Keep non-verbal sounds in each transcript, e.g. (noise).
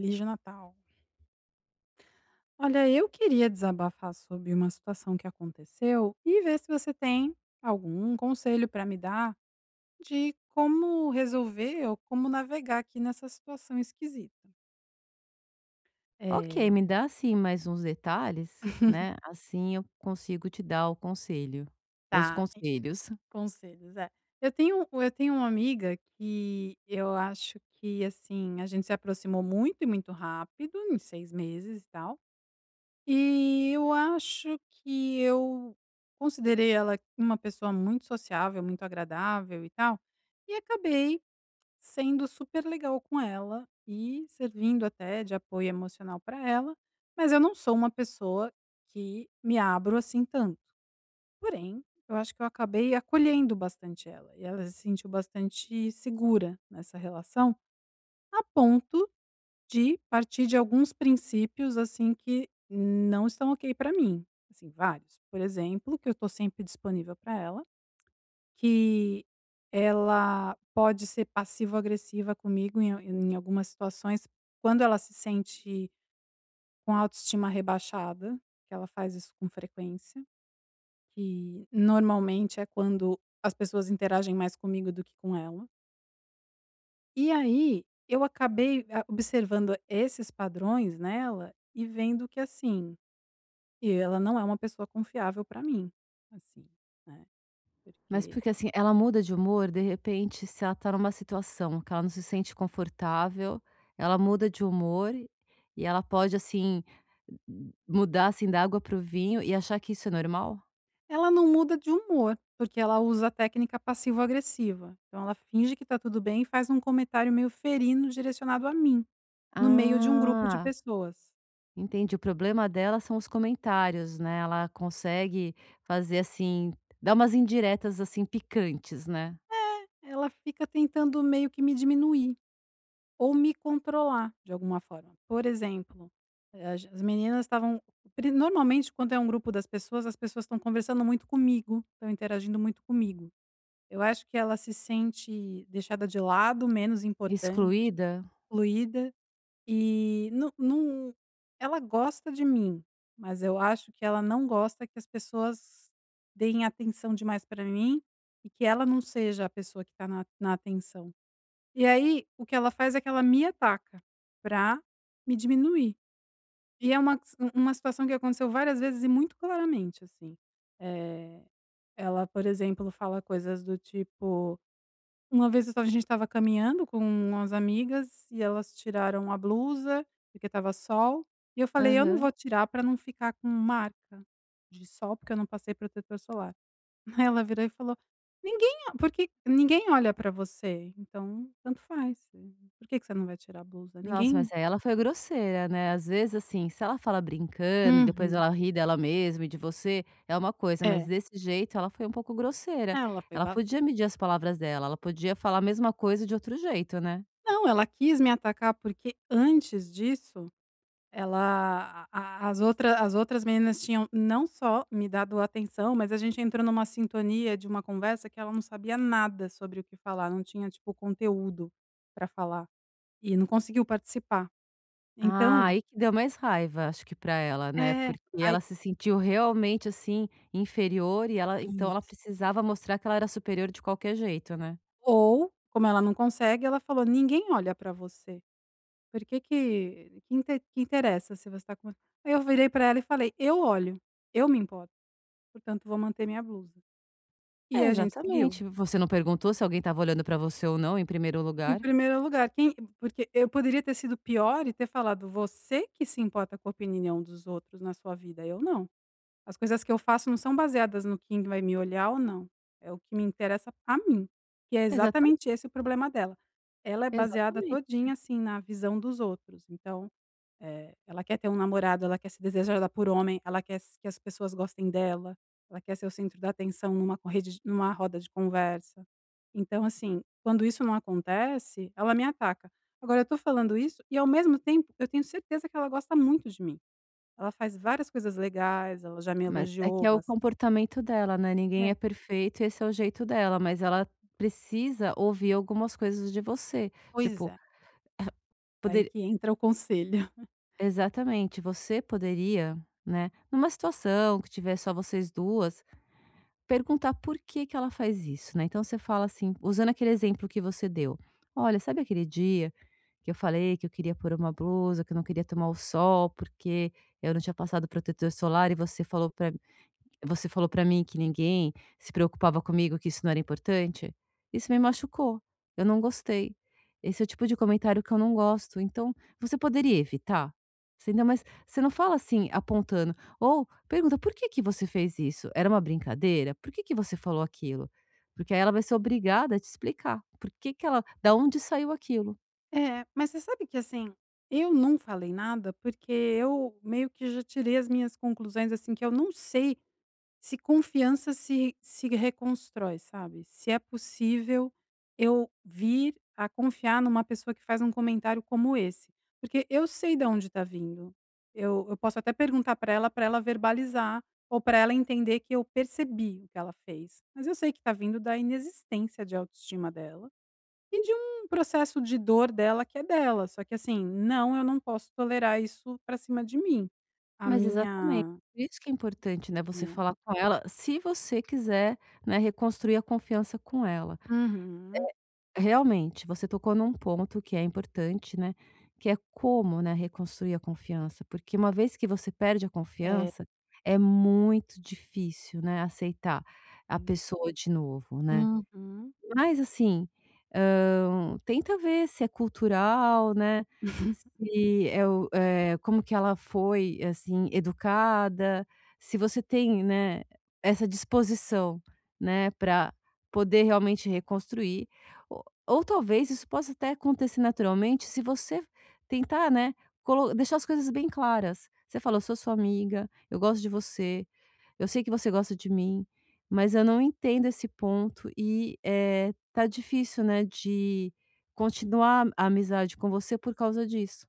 Feliz de Natal. Olha, eu queria desabafar sobre uma situação que aconteceu e ver se você tem algum conselho para me dar de como resolver ou como navegar aqui nessa situação esquisita. Ok, me É, dá assim mais uns detalhes, né, assim eu consigo te dar o conselho, os tá, e conselhos. conselhos, é. Eu tenho uma amiga que eu acho que, assim, a gente se aproximou muito e muito rápido, em 6 meses e tal. E eu acho que eu considerei ela uma pessoa muito sociável, muito agradável e tal, e acabei sendo super legal com ela e servindo até de apoio emocional para ela, mas eu não sou uma pessoa que me abro assim tanto. Porém, eu acho que eu acabei acolhendo bastante ela e ela se sentiu bastante segura nessa relação, a ponto de partir de alguns princípios, assim, que não estão ok para mim, assim, vários. Por exemplo, que eu estou sempre disponível para ela, que ela pode ser passivo-agressiva comigo em algumas situações, quando ela se sente com a autoestima rebaixada, que ela faz isso com frequência, que normalmente é quando as pessoas interagem mais comigo do que com ela. E aí, eu acabei a observando esses padrões nela e vendo que, assim, e ela não é uma pessoa confiável para mim, assim, né, Mas porque porque assim, ela muda de humor, de repente, se ela tá numa situação que ela não se sente confortável, ela muda de humor e ela pode assim, mudar assim da água para o vinho e achar que isso é normal? ela não muda de humor, porque ela usa a técnica passivo-agressiva. Então ela finge que tá tudo bem e faz um comentário meio ferino direcionado a mim, no meio de um grupo de Ah, pessoas. entendi. O problema dela são os comentários, né, ela consegue fazer assim, dar umas indiretas assim picantes, né? Ela fica tentando meio que me diminuir. Ou me controlar de alguma forma. Por exemplo, as meninas estavam pri normalmente quando é um grupo das pessoas, as pessoas estão conversando muito comigo, estão interagindo muito comigo. Eu acho que ela se sente deixada de lado, menos importante, Excluída? excluída e não ela gosta de mim, mas eu acho que ela não gosta que as pessoas deem atenção demais para mim e que ela não seja a pessoa que está na atenção. E aí, o que ela faz é que ela me ataca pra me diminuir. E é uma s uma situação que aconteceu várias vezes e muito claramente, assim. Eh, ela, por exemplo, fala coisas do tipo uma vez eu estava a gente estava caminhando com umas amigas e elas tiraram a blusa, porque estava sol, e eu falei: "Eu não Aham. vou tirar pra não ficar com marca de sol, porque eu não passei protetor solar". (laughs) Aí ela virou e falou: "Ninguém porque ninguém olha pra você, então tanto faz, por que que você não vai tirar a blusa? Nossa, Ninguém". mas aí ela foi grosseira, né. Às vezes, assim, se ela fala brincando e depois Uhum. ela ri dela mesma e de você, é uma coisa, mas É. desse jeito ela foi um pouco grosseira. Ela foi Ela bas podia medir as palavras dela, ela podia falar a mesma coisa de outro jeito, né. não, ela quis me atacar, porque antes disso, ela a as outra as outras meninas tinham não só me dado atenção, mas a gente entrou numa sintonia de uma conversa que ela não sabia nada sobre o que falar, não tinha, tipo, conteúdo pra falar, e não conseguiu participar. Ah, Então aí que deu mais raiva, acho que pra ela, né, é, porque ela aí. se sentiu realmente, assim, inferior e ela então ela Isso. precisava mostrar que ela era superior de qualquer jeito, né. Ou, como ela não consegue, ela falou: "Ninguém olha pra você, por que que inte que interessa se você tá com". Aí eu virei pra ela e falei: "Eu olho, eu me importo, portanto vou manter minha blusa". E É, a gente seguiu. exatamente. Você não perguntou se alguém estava olhando pra você ou não, em primeiro Em lugar? primeiro lugar, quem porque eu poderia ter sido pior e ter falado: "Você que se importa com a opinião dos outros na sua vida, eu não". As coisas que eu faço não são baseadas no quem vai me olhar ou não, é o que me interessa a mim, que é Exatamente, exatamente esse o problema dela. Ela é baseada exatamente. todinha, assim, na visão dos outros, então, ela quer ter um namorado, ela quer ser desejada por homem, ela quer s que as pessoas gostem dela, ela quer ser o centro da atenção numa co rede de numa roda de conversa. Então, assim, quando isso não acontece, ela me ataca. Agora eu tô falando isso e ao mesmo tempo eu tenho certeza que ela gosta muito de mim. Ela faz várias coisas legais, ela já me Mas é elogiou que é o bas comportamento dela, né, ninguém é, é perfeito e esse é o jeito dela, mas ela precisa ouvir algumas coisas de você, pois tipo, é, daí poder que entra o conselho. (laughs) exatamente, você poderia, né, numa situação que tiver só vocês 2, perguntar por que que ela faz isso, né, então você fala assim, usando aquele exemplo que você deu: "Olha, sabe aquele dia que eu falei que eu queria pôr uma blusa, que eu não queria tomar o sol, porque eu não tinha passado protetor solar e você falou pra Você falou pra mim que ninguém se preocupava comigo, que isso não era importante. Isso me machucou. Eu não gostei. Esse é o tipo de comentário que eu não gosto. Então, você poderia evitar? Você ainda mas você não fala assim, apontando. Ou pergunta: "Por que que você fez isso? Era uma brincadeira? Por que que você falou aquilo?" Porque aí ela vai ser obrigada a te explicar por que que ela da onde saiu aquilo. É, mas você sabe que, assim, eu não falei nada, porque eu meio que já tirei as minhas conclusões, assim, que eu não sei. Se confiança se reconstrói, sabe. Se é possível eu vir a confiar numa pessoa que faz um comentário como esse, porque eu sei de onde está vindo. Eu posso até perguntar para ela verbalizar ou para ela entender que eu percebi o que ela fez, mas eu sei que está vindo da inexistência de autoestima dela e de um processo de dor dela que é dela, só que assim, não, eu não posso tolerar isso para cima de mim. A Mas exatamente. minha, Por isso que é importante, né, você né. falar com ela, se você quiser, né, reconstruir a confiança com ela. Uhum. Realmente, você tocou num ponto que é importante, né, que é como, né, reconstruir a confiança, porque uma vez que você perde a É. confiança, é muito difícil, né, aceitar E. a pessoa de novo, né. Uhum. Mas assim, tenta ver se é cultural, né, (laughs) se é o como que ela foi, assim, educada, se você tem, né, essa disposição, né, pra poder realmente reconstruir, ou ou talvez isso possa até acontecer naturalmente se você tentar, né, colo deixar as coisas bem claras. Você fala: "Eu sou sua amiga, eu gosto de você, eu sei que você gosta de mim". Mas eu não entendo esse ponto e, tá difícil, né, de continuar a amizade com você por causa disso.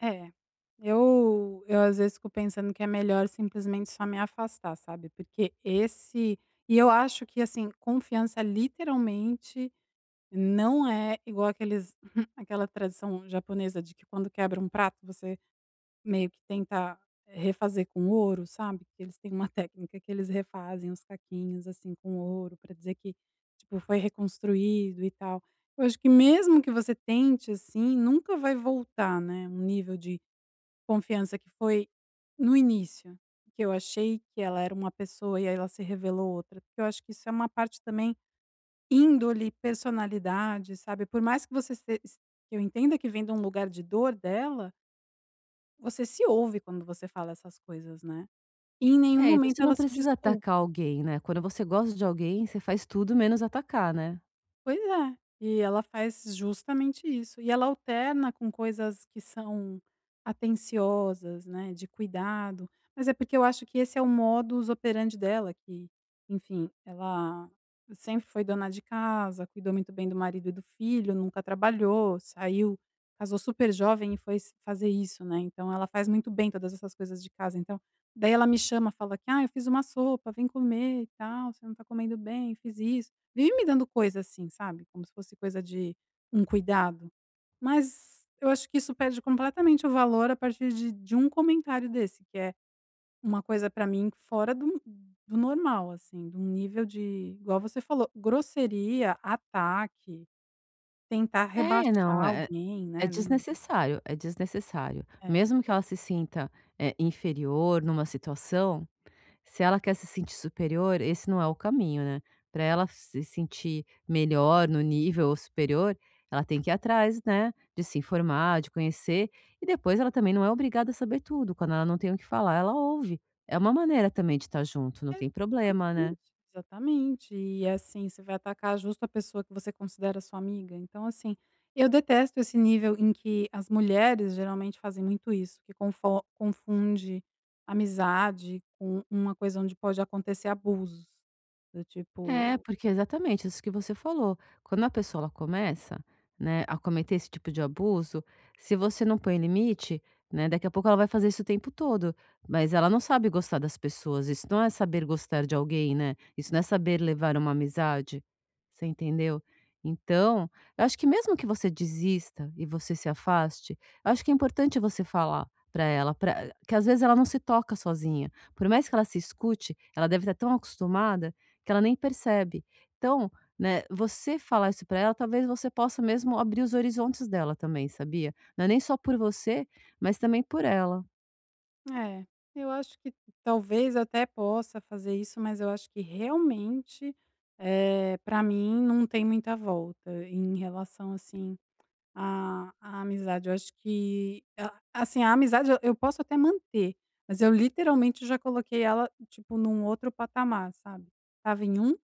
É, eu às vezes fico pensando que é melhor simplesmente só me afastar, sabe, porque esse e eu acho que, assim, confiança literalmente não é igual aqueles (laughs) aquela tradição japonesa de que quando quebra um prato você meio que tenta refazer com ouro, sabe, que eles têm uma técnica que eles refazem os caquinhos, assim, com ouro para dizer que, tipo, foi reconstruído e tal. Eu acho que mesmo que você tente, assim, nunca vai voltar, né, um nível de confiança que foi no início, que eu achei que ela era uma pessoa e aí ela se revelou outra, porque eu acho que isso é uma parte também índole, personalidade, sabe, por mais que você se que eu entenda que vem de um lugar de dor dela, você se ouve quando você fala essas coisas, né. E em nenhum É, e momento você não ela se precisa atacar desculpa. alguém, né, quando você gosta de alguém, você faz tudo menos atacar, né. Pois é, e ela faz justamente isso. E ela alterna com coisas que são atenciosas, né, de cuidado, mas é porque eu acho que esse é o modus operandi dela que, enfim, ela sempre foi dona de casa, cuidou muito bem do marido e do filho, nunca trabalhou, saiu, casou super jovem e foi s fazer isso, né, então ela faz muito bem todas essas coisas de casa, então daí ela me chama, fala que: "Ah, eu fiz uma sopa, vem comer e tal, você não está comendo bem, fiz isso". Vive me dando coisa assim, sabe, como se fosse coisa de um cuidado, mas eu acho que isso perde completamente o valor a partir de um comentário desse, que é uma coisa pra mim fora do normal, assim, de um nível de, igual você falou, grosseria, ataque, tentar É, rebaixar não, é alguém, é né, não desnecessário, é desnecessário. é. Mesmo que ela se sinta, inferior numa situação. Se ela quer se sentir superior, esse não é o caminho, né. Para ela se sentir melhor no nível ou superior, ela tem que ir atrás, né, de se informar, de conhecer, e depois ela também não é obrigada a saber tudo, quando ela não tem o que falar, ela ouve. É uma maneira também de estar junto, não tem problema, né. Exatamente, exatamente. E assim, você vai atacar justo a pessoa que você considera sua amiga. Então, assim, eu detesto esse nível em que as mulheres geralmente fazem muito isso, que confo confunde amizade com uma coisa onde pode acontecer abusos. Do É, tipo, porque exatamente isso que você falou. Quando a pessoa ela começa, né, a cometer esse tipo de abuso, se você não põe limite, né, daqui a pouco ela vai fazer isso o tempo todo. Mas ela não sabe gostar das pessoas. Isso não é saber gostar de alguém, né? Isso não é saber levar uma amizade. Você entendeu? Então, eu acho que mesmo que você desista e você se afaste, eu acho que é importante você falar para ela, pra, que às vezes ela não se toca sozinha. Por mais que ela se escute, ela deve estar tão acostumada que ela nem percebe. Então, né, você falar isso para ela, talvez você possa mesmo abrir os horizontes dela também, sabia? Não é nem só por você, mas também por ela. é, eu acho que talvez eu até possa fazer isso, mas eu acho que realmente, é, para mim não tem muita volta em relação assim. A amizade, eu acho que a amizade eu posso até manter, mas eu literalmente já coloquei ela, tipo, num outro patamar, sabe. Estava em um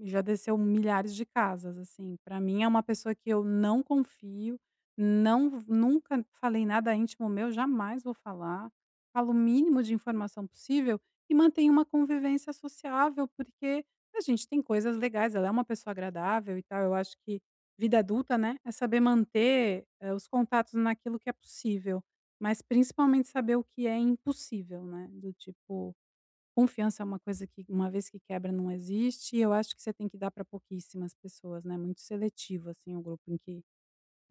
já desceu milhares de casas, assim. Pra mim é uma pessoa que eu não confio, não nunca falei nada íntimo meu, jamais vou falar. Falo o mínimo de informação possível e mantenho uma convivência sociável, porque a gente tem coisas legais, ela é uma pessoa agradável e tal. Eu acho que vida adulta, né, é saber manter, os contatos naquilo que é possível, mas principalmente saber o que é impossível, né, do tipo. Confiança é uma coisa que, uma vez que quebra, não existe, e eu acho que você tem que dar para pouquíssimas pessoas, né, muito seletivo, assim, o grupo em que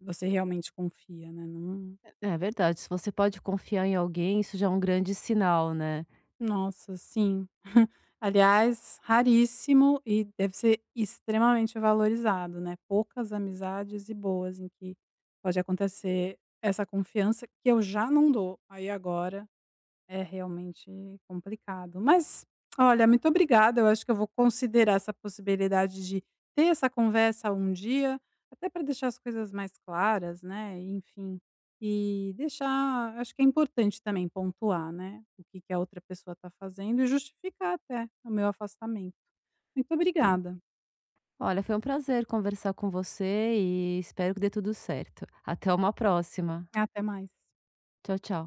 você realmente confia, né, não. É verdade, se você pode confiar em alguém, isso já é um grande sinal, né? Nossa, sim. (laughs) Aliás, raríssimo e deve ser extremamente valorizado, né, poucas amizades e boas em que pode acontecer essa confiança que eu já não dou, aí agora é realmente complicado. Mas, olha, muito obrigada. Eu acho que eu vou considerar essa possibilidade de ter essa conversa um dia, até para deixar as coisas mais claras, né? Enfim, e deixar. Acho que é importante também pontuar, né? O que, que a outra pessoa está fazendo, e justificar até o meu afastamento. Muito Ah, obrigada. olha, foi um prazer conversar com você e espero que dê tudo certo. Até uma próxima. Até mais. Tchau, tchau.